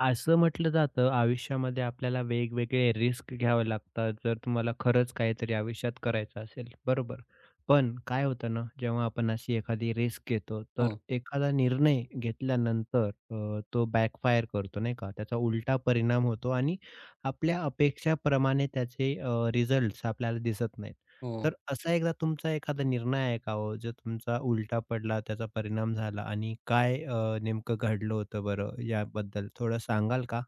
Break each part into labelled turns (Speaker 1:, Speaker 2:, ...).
Speaker 1: असं म्हटलं जातं आयुष्यामध्ये आपल्याला वेगवेगळे रिस्क घ्यावे लागतात जर तुम्हाला खरंच काहीतरी आयुष्यात करायचं असेल बरोबर. पण काय होतं ना जेव्हा आपण अशी एखादी रिस्क घेतो तर
Speaker 2: हो,
Speaker 1: एखादा निर्णय घेतल्यानंतर तो बॅकफायर करतो नाही का? त्याचा उलटा परिणाम होतो आणि आपल्या अपेक्षाप्रमाणे त्याचे आपल्याला दिसत नाहीत.
Speaker 2: हो.
Speaker 1: तर असा एकदा तुमचा एखादा निर्णय आहे का हो, जो तुमचा उलटा पडला, त्याचा परिणाम झाला आणि काय नेमकं घडलं होतं बरं याबद्दल थोडं सांगाल का?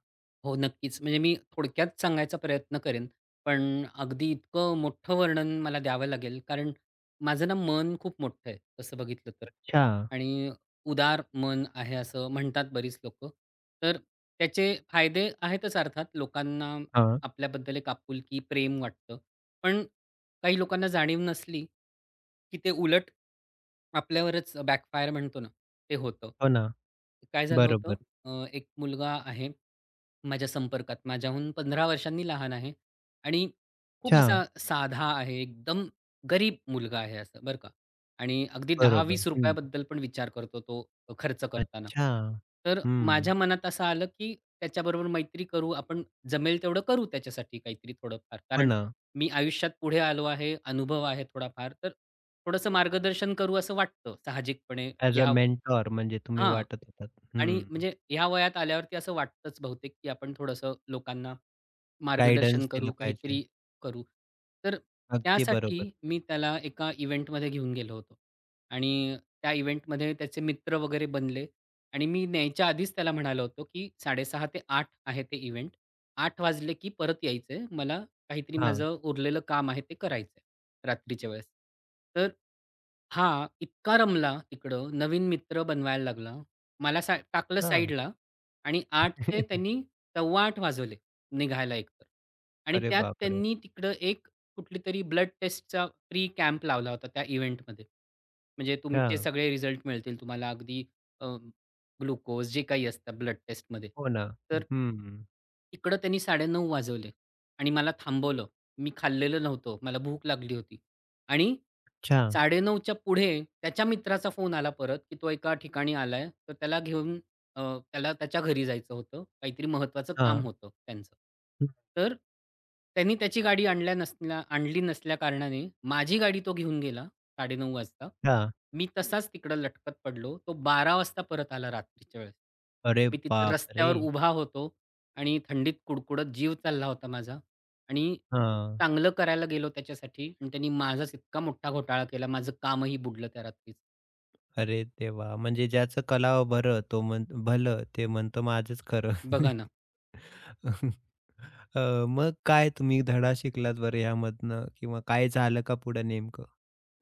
Speaker 2: हो, नक्कीच. म्हणजे मी थोडक्यात सांगायचा प्रयत्न करेन, पण अगदी इतकं मोठं वर्णन मला द्यावं लागेल, कारण माझं ना मन खूप मोठं आहे तसं बघितलं तर
Speaker 1: अच्छा.
Speaker 2: आणि उदार मन आहे असं म्हणतात बरीच लोकं. तर त्याचे फायदे आहेतच अर्थात. लोकांना
Speaker 1: हां.
Speaker 2: आपल्याबद्दल एक आपुलकी, प्रेम वाटतं. पण काही लोकांना जाणीव नसली, की ते उलट आपल्यावरच बॅकफायर म्हणतो ना, ते होतं.
Speaker 1: हो ना.
Speaker 2: काय झालं होतं?
Speaker 1: बरोबर.
Speaker 2: एक मुलगा आहे माझ्या संपर्कात. माझ्याहून 15 वर्षांनी लहान आहे आणि खूप
Speaker 1: अच्छा.
Speaker 2: असा साधा आहे. एकदम गरीब मुलगा आहे असं बरं का, आणि अगदी
Speaker 1: बरोबर. हं.
Speaker 2: ₹10-20 बद्दल पण विचार करतो तो खर्च करताना.
Speaker 1: अच्छा.
Speaker 2: तर माझ्या
Speaker 1: हं.
Speaker 2: मनात असं आलं, की त्याच्याबरोबर मैत्री करू. आपण जमेल तेवढं करू त्याच्यासाठी काहीतरी थोडंफार.
Speaker 1: हो
Speaker 2: कारण
Speaker 1: ना.
Speaker 2: मी आयुष्यात पुढे आलो आहे, अनुभव आहे थोडाफार. तर थोडंसं मार्गदर्शन करू असं वाटतं साहजिकपणे.
Speaker 1: ॲज अ
Speaker 2: या
Speaker 1: मेंटॉर म्हणजे तुम्ही
Speaker 2: हां.
Speaker 1: वाटत होतात.
Speaker 2: आणि
Speaker 1: हं.
Speaker 2: म्हणजे ह्या वयात आल्यावरती असं वाटतंच बहुतेक, की आपण थोडंसं लोकांना मार्गदर्शन
Speaker 1: गाईडन्स दिलं
Speaker 2: करू,
Speaker 1: पाहिजे.
Speaker 2: काहीतरी करू. तर
Speaker 1: अगदी बरोबर.
Speaker 2: त्यासाठी मी त्याला एका इव्हेंटमध्ये घेऊन गेलो होतो आणि त्या इव्हेंटमध्ये त्याचे मित्र वगैरे बनले, आणि मी न्यायच्या आधीच त्याला म्हणालो होतो, की 6:30 ते आठ आहे ते इव्हेंट. 8 वाजले की परत यायचंय. मला काहीतरी
Speaker 1: हां.
Speaker 2: माझं उरलेलं काम आहे ते करायचंय रात्रीच्या वेळेस. तर हा इतका रमला तिकडं, नवीन मित्र बनवायला लागला. मला सा टाकलं
Speaker 1: हां.
Speaker 2: साईडला आणि 8चे त्यांनी 7:15 वाजवले. निघायला एकतर. आणि
Speaker 1: अरे
Speaker 2: त्यात
Speaker 1: बापरे!
Speaker 2: त्यांनी तिकडं एक कुठली तरी ब्लड टेस्टचा फ्री कॅम्प लावला होता त्या इव्हेंटमध्ये. म्हणजे तुमचे
Speaker 1: हां.
Speaker 2: सगळे रिझल्ट मिळतील तुम्हाला अगदी ग्लुकोज जे काही असतं ब्लड टेस्टमध्ये.
Speaker 1: हो ना.
Speaker 2: तर
Speaker 1: हं.
Speaker 2: तिकडं त्यांनी 9:30 वाजवले आणि मला थांबवलं. मी खाल्लेलं नव्हतं. मला भूक लागली होती आणि
Speaker 1: अच्छा.
Speaker 2: 9:30 च्या पुढे त्याच्या मित्राचा फोन आला परत, की तो एका ठिकाणी आलाय. तर त्याला घेऊन अ, त्याला त्याच्या घरी जायचं होतं. काहीतरी महत्त्वाचं काम
Speaker 1: हां.
Speaker 2: होतं त्यांचं. तर त्यांनी त्याची गाडी आणल्या नसल्या आणली नसल्याकारणाने माझी गाडी तो घेऊन गेला 9:30 वाजता.
Speaker 1: अच्छा.
Speaker 2: मी तसाच तिकडं लटकत पडलो. तो 12:00 वाजता परत आला रात्रीच्या वेळेस.
Speaker 1: अरे
Speaker 2: मी तिथं
Speaker 1: बापरे!
Speaker 2: रस्त्यावर उभा होतो. आणि थंडीत कुडकुडत जीव चालला होता माझा, आणि
Speaker 1: हां.
Speaker 2: चांगलं करायला गेलो त्याच्यासाठी आणि त्यांनी माझाच इतका मोठा घोटाळा केला. माझं कामही बुडलं त्या रात्रीच.
Speaker 1: अरे देवा! म्हणजे ज्याचं कलावं बरं तो म्हण भलं ते म्हणतो माझंच खरं.
Speaker 2: बघा ना,
Speaker 1: मग काय तुम्ही धडा शिकलात बरं ह्यामधनं किंवा काय झालं का पुढं नेमकं?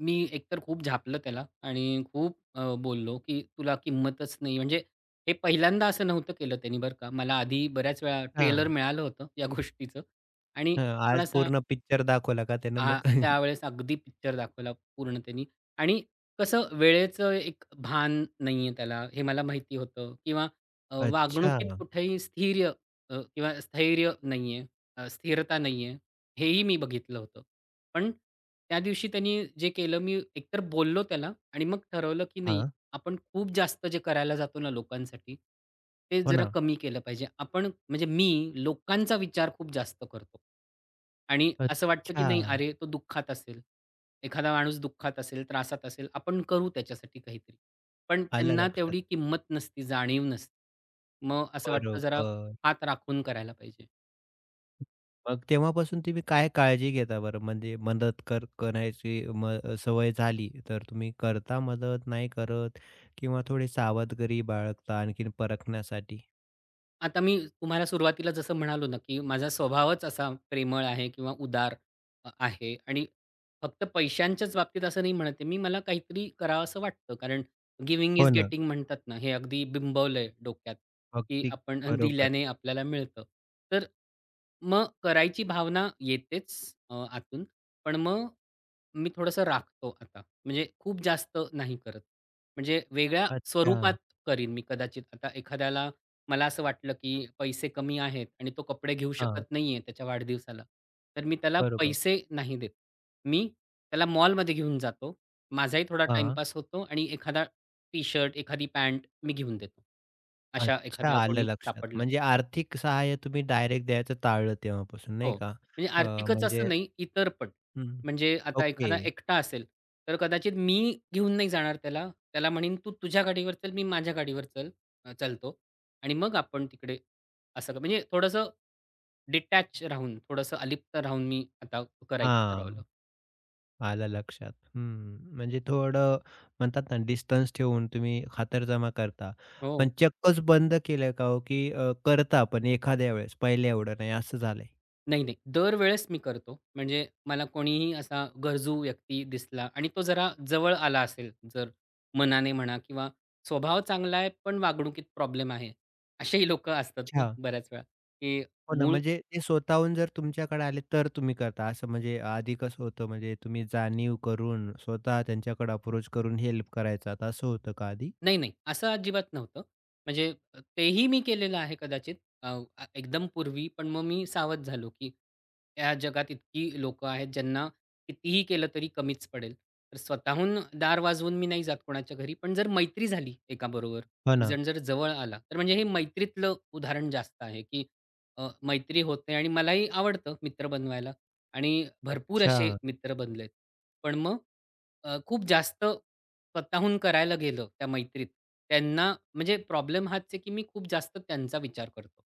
Speaker 2: मी एकतर खूप झापलं त्याला आणि खूप बोललो, की "तुला किंमतच नाही." म्हणजे हे पहिल्यांदा असं नव्हतं केलं त्यांनी बरं का. मला आधी बऱ्याच वेळा ट्रेलर
Speaker 1: हां,
Speaker 2: मिळालं होतं या गोष्टीचं आणि
Speaker 1: हां, आज
Speaker 2: थोडासा
Speaker 1: पूर्ण पिक्चर दाखवला का त्यानं
Speaker 2: हां,
Speaker 1: मग?
Speaker 2: त्यावेळेस अगदी पिक्चर दाखवला पूर्ण त्यांनी. आणि कसं वेळेचं एक भान नाहीये त्याला, हे मला माहिती होतं किंवा
Speaker 1: अच्छा.
Speaker 2: वागणुकीत कुठेही स्थैर्य अ, किंवा स्थैर्य नाहीये, अ, स्थिरता नाहीये, हेही मी बघितलं होतं. पण त्या दिवशी त्यांनी जे केलं, मी एकतर बोललो त्याला आणि मग ठरवलं की नाही,
Speaker 1: हां,
Speaker 2: आपण खूप जास्त जे करायला जातो ना लोकांसाठी, ते
Speaker 1: हो
Speaker 2: जरा
Speaker 1: ना.
Speaker 2: कमी केलं पाहिजे. आपण म्हणजे मी लोकांचा विचार खूप जास्त करतो. आणि असं वाटतं की नाही,
Speaker 1: अच्छा.
Speaker 2: अरे, तो दुःखात असेल. एखादा माणूस दुःखात असेल, त्रासात असेल, आपण करू त्याच्यासाठी काहीतरी. पण
Speaker 1: आलं
Speaker 2: त्यांना
Speaker 1: लक्षात.
Speaker 2: तेवढी किंमत नसती, जाणीव नसते. मग असं वाटतं जरा
Speaker 1: बरोबर.
Speaker 2: हात राखून करायला पाहिजे.
Speaker 1: मग तेव्हापासून तुम्ही काय काळजी घेता बरं? म्हणजे मदत कर करायची सवय झाली, तर तुम्ही करता मदत, नाही करत किंवा थोडी सावधगिरी बाळगता आणखीन परखण्यासाठी?
Speaker 2: आता मी तुम्हाला सुरुवातीला जसं म्हणालो ना, की माझा स्वभावच असा प्रेमळ आहे किंवा उदार आहे, आणि फक्त पैशांच्याच बाबतीत असं नाही म्हणत आहे मी. मला काहीतरी करावसं वाटतं. कारण गिव्हिंग
Speaker 1: हो
Speaker 2: इज
Speaker 1: ना.
Speaker 2: गेटिंग म्हणतात ना, हे अगदी बिंबवलंय डोक्यात, की
Speaker 1: अगदी
Speaker 2: आपण
Speaker 1: बरोबर.
Speaker 2: दिल्याने आपल्याला मिळतं. तर मग करायची भावना येतेच आतून. पण मग मी थोडंसं राखतो आता. म्हणजे खूप जास्त नाही करत. म्हणजे वेगळ्या
Speaker 1: अच्छा.
Speaker 2: स्वरूपात करीन मी कदाचित. आता एखाद्याला मला असं वाटलं, की पैसे कमी आहेत आणि तो कपडे घेऊ
Speaker 1: हां,
Speaker 2: शकत नाहीये त्याच्या वाढदिवसाला. तर मी त्याला
Speaker 1: बरोबर.
Speaker 2: पैसे नाही देत. मी त्याला मॉलमध्ये घेऊन जातो. माझाही थोडा
Speaker 1: हां.
Speaker 2: टाईमपास होतो आणि एखादा टी-शर्ट, एखादी पॅन्ट मी घेऊन देतो. अशा
Speaker 1: अच्छा,
Speaker 2: एखादा
Speaker 1: आलं
Speaker 2: कोणी
Speaker 1: लक्षात.
Speaker 2: सापडला.
Speaker 1: म्हणजे आर्थिक सहाय्य तुम्ही डायरेक्ट द्यायचं टाळलं तेव्हापासून, नाही
Speaker 2: हो.
Speaker 1: का?
Speaker 2: म्हणजे
Speaker 1: अ,
Speaker 2: आर्थिकच असं
Speaker 1: म्हणजे
Speaker 2: नाही, इतर पण.
Speaker 1: हं.
Speaker 2: म्हणजे आता
Speaker 1: ओके.
Speaker 2: एखादा एकटा असेल, तर कदाचित मी घेऊन नाही जाणार त्याला. त्याला म्हणेन, "तू तुझ्या गाडीवर चल, मी माझ्या गाडीवर चालतो आणि मग आपण तिकडे" असं क- म्हणजे थोडंसं डिटॅच राहून, थोडंसं अलिप्त राहून मी आता करायचं ठरवलं.
Speaker 1: हां. आलं लक्षात. हं. म्हणजे थोडं म्हणतात ना डिस्टन्स ठेवून तुम्ही खातरजमा करता. पण
Speaker 2: हो.
Speaker 1: चक्कच बंद केलंय का हो, की करता पण एखाद्या वेळेस, पहिले एवढं नाही असं झालंय?
Speaker 2: नाही, नाही. दरवेळेस मी करतो. म्हणजे मला कोणीही असा गरजू व्यक्ती दिसला आणि तो जरा जवळ आला असेल, जर मनाने म्हणा किंवा स्वभाव चांगला आहे, पण वागणुकीत प्रॉब्लेम आहे. असेही लोकं असतात ना
Speaker 1: अच्छा.
Speaker 2: बऱ्याच वेळा, की
Speaker 1: हो ना,
Speaker 2: मूळ
Speaker 1: म्हणजे ते स्वतःहून जर तुमच्याकडे आले तर तुम्ही करता असं म्हणजे आधी कसं होतं म्हणजे तुम्ही जाणीव करून स्वतः त्यांच्याकडे अप्रोच करून हेल्प करायचात असं होतं का आधी?
Speaker 2: नाही, नाही. असं अजिबात नव्हतं. म्हणजे तेही मी केलेलं आहे कदाचित, अ, अ, एकदम पूर्वी. पण मग मी सावध झालो, की या जगात इतकी लोकं आहेत, ज्यांना कितीही केलं तरी कमीच पडेल. तर स्वतःहून दार वाजवून मी नाही जात कोणाच्या घरी. पण जर मैत्री झाली एकाबरोबर,
Speaker 1: हो
Speaker 2: एक
Speaker 1: ना.
Speaker 2: जण जर जवळ आला, तर म्हणजे हे मैत्रीतलं उदाहरण जास्त आहे, की मैत्री होते आणि मलाही आवडतं मित्र बनवायला आणि भरपूर
Speaker 1: अच्छा.
Speaker 2: असे मित्र बनलेत. पण मग खूप जास्त स्वतःहून करायला गेलं त्या मैत्रीत, त्यांना म्हणजे प्रॉब्लेम हाच आहे, की मी खूप जास्त त्यांचा विचार करतो.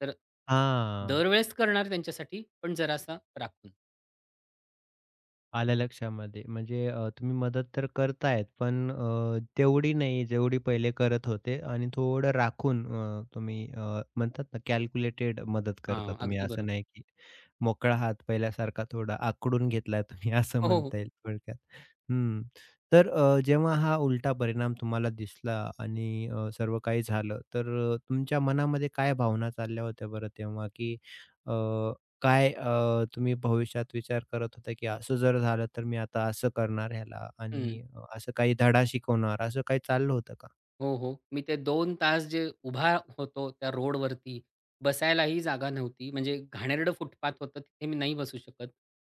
Speaker 2: तर
Speaker 1: हां.
Speaker 2: दरवेळेस करणार त्यांच्यासाठी, पण जरासा राखून.
Speaker 1: आलं लक्षामध्ये. म्हणजे तुम्ही मदत तर करतायत, पण तेवढी नाही जेवढी पहिले करत होते आणि थोडं राखून तुम्ही म्हणतात ना कॅल्क्युलेटेड मदत करता
Speaker 2: हां,
Speaker 1: तुम्ही.
Speaker 2: अगदी
Speaker 1: असं
Speaker 2: बरोबर.
Speaker 1: नाही की मोकळा हात पहिल्यासारखा थोडा आखडून घेतलाय तुम्ही असं
Speaker 2: हो, हो.
Speaker 1: म्हणता येईल थोडक्यात. हं. तर जेव्हा हा उलटा परिणाम तुम्हाला दिसला आणि सर्व काही झालं, तर तुमच्या मनामध्ये काय भावना चालल्या होत्या बरं तेव्हा? की अ, काय तुम्ही भविष्यात विचार करत होता, की असं जर झालं तर मी आता असं करणार ह्याला आणि असं काही धडा शिकवणार, असं काही चाललं होतं का?
Speaker 2: हो, हो. मी ते दोन तास जे उभा होतो त्या रोडवरती, बसायलाही जागा नव्हती. म्हणजे घाणेरडं फुटपाथ होतं, तिथे मी नाही बसू शकत.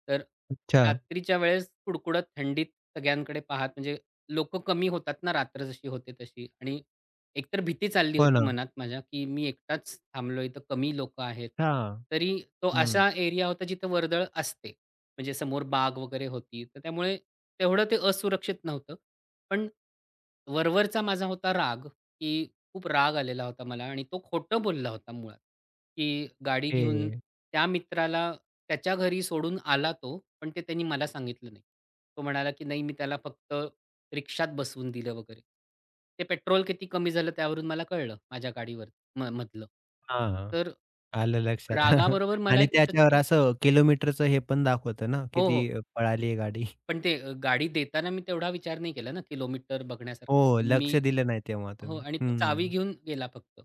Speaker 2: तर
Speaker 1: अच्छा.
Speaker 2: रात्रीच्या वेळेस कुडकुडत थंडीत सगळ्यांकडे पाहत म्हणजे लोक कमी होतात ना रात्र जशी होते तशी, आणि एकतर भीती चालली
Speaker 1: हो
Speaker 2: होती
Speaker 1: ना.
Speaker 2: मनात माझ्या, की मी एकटाच थांबलोय, इथं कमी लोकं आहेत.
Speaker 1: हां.
Speaker 2: तरी तो
Speaker 1: हं.
Speaker 2: असा एरिया होता जिथे वर्दळ असते. म्हणजे समोर बाग वगैरे होती. तर त्यामुळे तेवढं ते असुरक्षित नव्हतं. पण वरवरचा माझा होता राग, की खूप राग आलेला होता मला, आणि तो खोटं बोलला होता मुळात, की गाडी घेऊन
Speaker 1: हे
Speaker 2: त्या मित्राला त्याच्या घरी सोडून आला तो, पण ते त्यांनी मला सांगितलं नाही. तो म्हणाला, की "नाही, मी त्याला फक्त रिक्षात बसवून दिलं वगैरे." ते पेट्रोल किती कमी झालं त्यावरून मला कळलं माझ्या गाडीवर म मधलं.
Speaker 1: हां. हां.
Speaker 2: तर
Speaker 1: आलं लक्षात.
Speaker 2: रागाबरोबर मला
Speaker 1: आणि
Speaker 2: एक
Speaker 1: त्याच्यावर
Speaker 2: कुठेतरी
Speaker 1: असं किलोमीटरचं हे पण दाखवतं ना,
Speaker 2: हो,
Speaker 1: किती
Speaker 2: हो.
Speaker 1: अ, पळाली आहे गाडी.
Speaker 2: पण ते गाडी देताना मी तेवढा विचार नाही केला ना, किलोमीटर बघण्यासारखा.
Speaker 1: हो, लक्ष
Speaker 2: मी
Speaker 1: दिलं नाही तेव्हा
Speaker 2: हो,
Speaker 1: तुम्ही.
Speaker 2: आणि तो चावी
Speaker 1: हं.
Speaker 2: घेऊन गेला फक्त.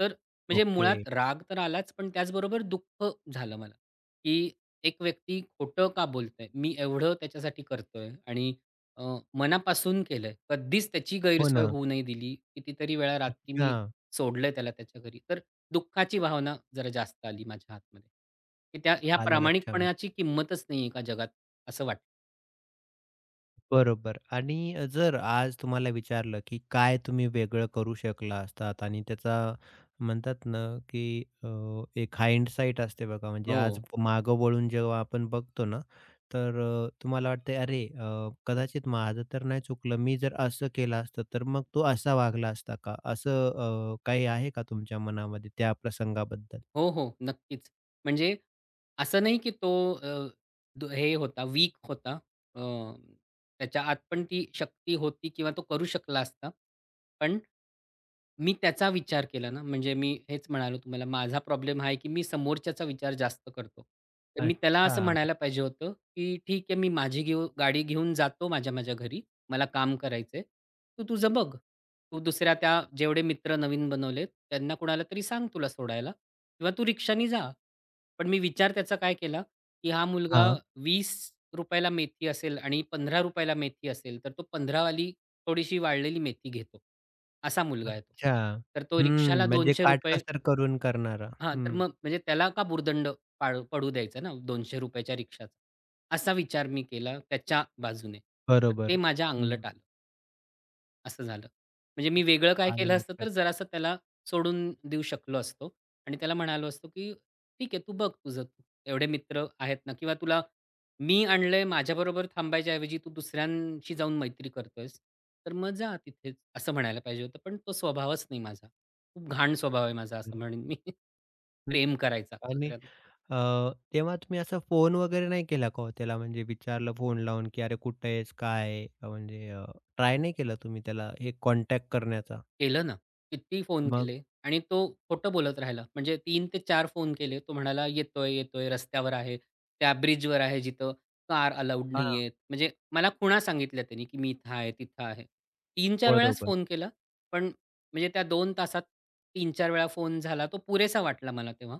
Speaker 2: तर म्हणजे
Speaker 1: ओके.
Speaker 2: मुळात राग तर आलाच, पण त्याचबरोबर दुःख झालं मला, की एक व्यक्ती खोटं का बोलतंय? मी एवढं त्याच्यासाठी करतोय आणि अ, मनापासून केलंय. कधीच त्याची
Speaker 1: हो
Speaker 2: गैरसोय
Speaker 1: ना.
Speaker 2: होऊ नाही दिली. कितीतरी वेळा रात्री
Speaker 1: अच्छा.
Speaker 2: मी सोडलंय त्याला त्याच्या घरी. तर दुःखाची भावना जरा जास्त आली माझ्या आतमध्ये, की त्या ह्या
Speaker 1: आलं लक्षामध्ये.
Speaker 2: प्रामाणिकपणाची किंमतच नाहीये का जगात? असं वाटलं.
Speaker 1: बरोबर आणि जर आज तुम्हाला विचारलं, की काय तुम्ही वेगळं करू शकला असतात आणि त्याचा म्हणतात ना, की एक हाइंडसाइट असते बघा, म्हणजे
Speaker 2: हो.
Speaker 1: आज मागं वळून जेव्हा आपण बघतो ना, तर तुम्हाला वाटतंय, "अरे, कदाचित माझं तर नाही चुकलं. मी जर असं केलं असतं, तर मग तो असा वागला असता का?" असं काही आहे का तुमच्या मनामध्ये त्या प्रसंगाबद्दल?
Speaker 2: हो, हो. नक्कीच. म्हणजे असं नाही की तो द हे होता, वीक होता. अ, त्याच्या आत पण ती शक्ती होती किंवा तो करू शकला असता. पण मी त्याचा विचार केला ना, म्हणजे मी हेच म्हणालो तुम्हाला, माझा प्रॉब्लेम हा आहे, की मी समोरच्याचा विचार जास्त करतो. तर मी त्याला असं
Speaker 1: अच्छा.
Speaker 2: म्हणायला पाहिजे होतं, की "ठीक आहे, मी माझी घेऊ गाडी घेऊन जातो माझ्या-माझ्या घरी. मला काम करायचंय. तू तुझं बघ. तू दुसऱ्या त्या जेवढे मित्र नवीन बनवलेत त्यांना कुणाला तरी सांग तुला सोडायला किंवा तू रिक्षानी जा." पण मी विचार त्याचा काय केला, की हा मुलगा
Speaker 1: हां.
Speaker 2: ₹20 ला मेथी असेल आणि ₹15 ला मेथी असेल, तर तो 15 थोडीशी वाळलेली मेथी घेतो. असा मुलगा आहे तो.
Speaker 1: अच्छा.
Speaker 2: तर तो
Speaker 1: हं,
Speaker 2: रिक्षाला
Speaker 1: म्हणजे
Speaker 2: ₹200
Speaker 1: काटकसर करून करणारा.
Speaker 2: हां, तर
Speaker 1: हं.
Speaker 2: मग म्हणजे त्याला का भुर्दंड पडू द्यायचा ना ₹200 च्या रिक्षाचा. असा विचार मी केला त्याच्या बाजूने. तर ते
Speaker 1: बरोबर.
Speaker 2: माझ्या
Speaker 1: हं.
Speaker 2: अंगलट आलं. असं झालं. म्हणजे मी
Speaker 1: हां,
Speaker 2: वेगळं काय केलं
Speaker 1: आलं
Speaker 2: असतं, तर
Speaker 1: लक्षात.
Speaker 2: जरासं त्याला सोडून देऊ शकलो असतो आणि त्याला म्हणालो असतो, की "ठीक आहे, तू बघ तुझं तू. एवढे मित्र आहेत ना, किंवा तुला मी आणलंय माझ्याबरोबर थांबायच्या ऐवजी तू दुसऱ्यांशी जाऊन मैत्री करतोयस, तर मग जा तिथेच." असं म्हणायला पाहिजे होतं. पण तो स्वभावच नाही माझा. खूप घाण स्वभाव आहे माझा असं
Speaker 1: बरं.
Speaker 2: म्हणेन मी.
Speaker 1: हं.
Speaker 2: प्रेम करायचा
Speaker 1: आणि अ, तेव्हा तुम्ही असं फोन वगैरे नाही केला का हो त्याला? म्हणजे विचारलं फोन लावून, की "अरे कुठे आहेस? काय आहे?" म्हणजे ट्राय नाही केला तुम्ही त्याला हे कॉन्टॅक्ट करण्याचा?
Speaker 2: केलं ना. किती फोन
Speaker 1: मग
Speaker 2: केले, आणि तो खोटं बोलत राहिला. म्हणजे 3 ते 4 फोन केले. तो म्हणाला, "येतोय, येतोय, रस्त्यावर आहे. त्या ब्रिजवर आहे जिथं कार अलाउड
Speaker 1: हां,
Speaker 2: नाहीयेत." म्हणजे मला खुणा सांगितल्या त्यानी, की "मी इथं आहे, तिथं आहे." 3-4 वेळाच
Speaker 1: बरोबर.
Speaker 2: फोन केला. पण म्हणजे त्या 2 तासात 3-4 वेळा फोन झाला. तो पुरेसा वाटला मला तेव्हा.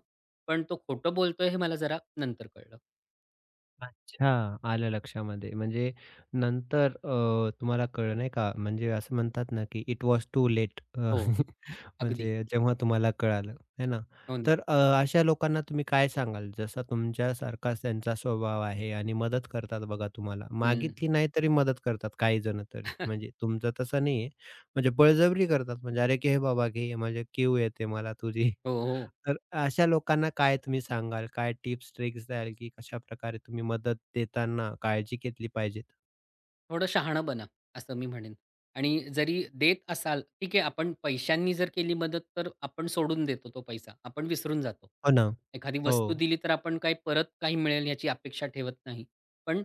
Speaker 2: पण तो खोटं बोलतोय हे मला जरा नंतर कळलं.
Speaker 1: अच्छा, आलं लक्षामध्ये. म्हणजे नंतर तुम्हाला कळलं नाही का? म्हणजे असं म्हणतात ना, की "इट वॉज टू लेट."
Speaker 2: हो, अगदी.
Speaker 1: म्हणजे जेव्हा तुम्हाला कळालं, है ना?
Speaker 2: हो ना.
Speaker 1: तर अशा लोकांना तुम्ही काय सांगाल? जसा तुमच्यासारखाच त्यांचा स्वभाव आहे आणि मदत करतात बघा तुम्हाला.
Speaker 2: हं.
Speaker 1: मागितली नाही तरी मदत करतात काही जण तरी. म्हणजे तुमचं तसं नाही आहे. म्हणजे बळजबरी करतात म्हणजे, "अरे, घे बाबा घे, म्हणजे कीव येते मला तुझी."
Speaker 2: हो, हो.
Speaker 1: तर अशा लोकांना काय तुम्ही सांगाल? काय टिप्स, ट्रिक्स द्याल, की कशाप्रकारे तुम्ही मदत देताना काळजी घेतली पाहिजेत?
Speaker 2: थोडं शहाणं बना, असं मी म्हणेन. आणि जरी देत असाल, ठीक आहे, आपण पैशांनी जर केली मदत, तर आपण सोडून देतो तो पैसा. आपण विसरून जातो.
Speaker 1: हो ना.
Speaker 2: एखादी
Speaker 1: हो.
Speaker 2: वस्तू दिली, तर आपण काही मिळेल याची अपेक्षा ठेवत नाही. पण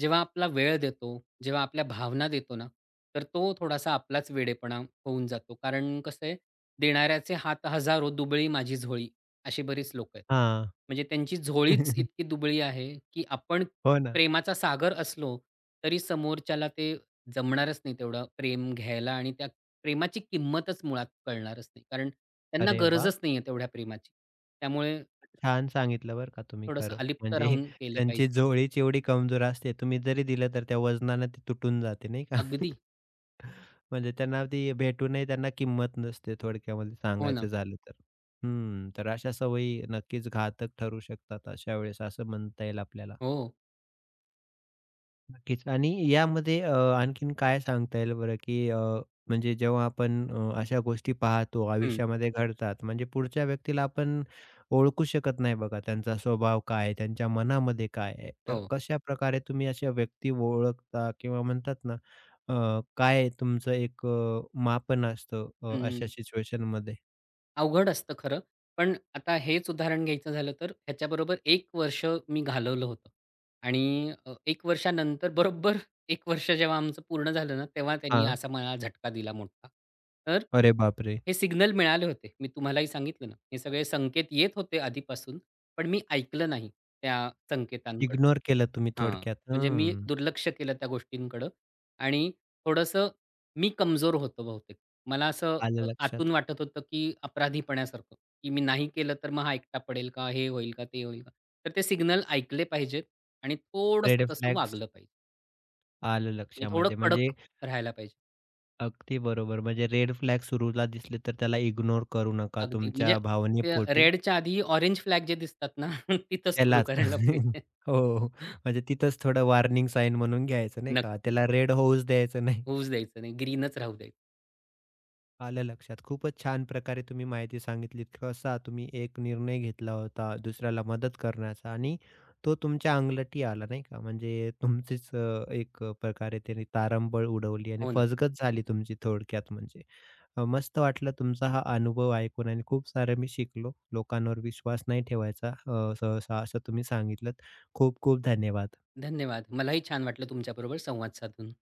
Speaker 2: जेव्हा आपला वेळ देतो, जेव्हा आपल्या भावना देतो ना, तर तो थोडासा आपलाच वेडेपणा होऊन जातो. कारण कसं आहे, देणाऱ्याचे हात हजारो, दुबळी माझी झोळी, अशी बरीच लोकं आहेत.
Speaker 1: हां.
Speaker 2: म्हणजे त्यांची झोळीच इतकी दुबळी आहे, की आपण
Speaker 1: हो ना.
Speaker 2: प्रेमाचा सागर असलो, तरी समोरच्याला ते जमणारच नाही तेवढं प्रेम घ्यायला आणि त्या प्रेमाची किंमतच मुळात कळणारच नाही. कारण त्यांना
Speaker 1: अरे वाह!
Speaker 2: गरजच नाही आहे तेवढ्या प्रेमाची. त्यामुळे
Speaker 1: छान सांगितलं बरं का तुम्ही
Speaker 2: थोडंसं
Speaker 1: खरं.
Speaker 2: अलिप्त
Speaker 1: म्हणजे
Speaker 2: राहून केलं
Speaker 1: त्यांची
Speaker 2: पाहिजे.
Speaker 1: झोळीच एवढी कमजोर असते, तुम्ही जरी दिलं तर त्या वजनानं ती तुटून जाते नाही का?
Speaker 2: अगदी.
Speaker 1: म्हणजे त्यांना ती भेटूनही त्यांना किंमत नसते थोडक्यामध्ये
Speaker 2: हो ना.
Speaker 1: सांगायचं झालं तर. हं, तर अशा सवयी नक्कीच घातक ठरू शकतात अशा वेळेस असं म्हणता येईल आपल्याला.
Speaker 2: हो.
Speaker 1: नक्कीच आणि यामध्ये आणखीन काय सांगता येईल बरं, की म्हणजे जेव्हा आपण अशा गोष्टी पाहतो
Speaker 2: हं.
Speaker 1: आयुष्यामध्ये घडतात, म्हणजे पुढच्या व्यक्तीला आपण ओळखू शकत नाही बघा, त्यांचा स्वभाव काय आहे, त्यांच्या मनामध्ये काय आहे. तर
Speaker 2: हो.
Speaker 1: कशाप्रकारे तुम्ही अशा व्यक्ती ओळखता किंवा म्हणतात ना, काय तुमचं एक मापन असतं अशा
Speaker 2: हं.
Speaker 1: सिच्युएशनमध्ये?
Speaker 2: अवघड असतं खरं. पण आता हेच उदाहरण घ्यायचं झालं तर ह्याच्याबरोबर एक वर्ष मी घालवलं होतं, आणि 1 वर्षानंतर बरोबर एक वर्ष जेव्हा आमचं पूर्ण झालं ना, तेव्हा त्यांनी
Speaker 1: हां.
Speaker 2: असा मला झटका दिला मोठा. तर
Speaker 1: अरे बापरे!
Speaker 2: हे सिग्नल मिळाले होते. मी तुम्हालाही सांगितलं ना, हे सगळे संकेत येत होते आधीपासून, पण मी ऐकलं नाही त्या संकेतांकडं.
Speaker 1: इग्नोर केलं तुम्ही
Speaker 2: हां,
Speaker 1: थोडक्यात.
Speaker 2: म्हणजे मी
Speaker 1: हं.
Speaker 2: दुर्लक्ष केलं त्या गोष्टींकडं आणि थोडंसं मी कमजोर होतो बहुतेक. मला असं
Speaker 1: आलं
Speaker 2: आतून
Speaker 1: लक्षात.
Speaker 2: वाटत होतं, की अपराधीपणासारखं, की मी नाही केलं तर मग हा एकटा पडेल का? हे होईल का? ते होईल का? तर ते सिग्नल ऐकले पाहिजेत आणि
Speaker 1: रेड
Speaker 2: थोडंसं तसं
Speaker 1: फ्लॅग्स
Speaker 2: वागलं पाहिजे.
Speaker 1: आलं
Speaker 2: म्हणजे थोडं
Speaker 1: लक्षामध्ये. म्हणजे
Speaker 2: कडक राहायला पाहिजे.
Speaker 1: अगदी बरोबर. म्हणजे रेड फ्लॅग सुरूला दिसले तर त्याला इग्नोर करू नका
Speaker 2: अगदी. म्हणजे
Speaker 1: तुमच्या
Speaker 2: ते
Speaker 1: भावनेपोटी
Speaker 2: रेडच्या आधी ऑरेंज फ्लॅग जे दिसतात ना, तिथंच सुरू
Speaker 1: त्यालाच
Speaker 2: करायला पाहिजे.
Speaker 1: हो, म्हणजे तिथंच थोडं वॉर्निंग साइन म्हणून घ्यायचं नाही का?
Speaker 2: नक्की.
Speaker 1: त्याला रेड होऊच द्यायचं नाही.
Speaker 2: होऊच द्यायचं नाही. ग्रीनच राहू द्यायचं.
Speaker 1: आलं लक्षात. खूपच छान प्रकारे तुम्ही माहिती सांगितलीत. कसा तुम्ही एक निर्णय घेतला होता दुसऱ्याला मदत करण्याचा आणि तो तुमच्या अंगलटी आला नाही का? म्हणजे तुमचीच एक प्रकारे त्याने तारंबळ उडवली आणि
Speaker 2: हो ना.
Speaker 1: फसगत झाली तुमची थोडक्यात म्हणजे. मस्त वाटलं तुमचा हा अनुभव ऐकून आणि खूप सारं मी शिकलो. लोकांवर विश्वास नाही ठेवायचा सहसा असं तुम्ही सांगितलंत. खूप खूप धन्यवाद.
Speaker 2: धन्यवाद. मलाही छान वाटलं तुमच्याबरोबर संवाद साधून.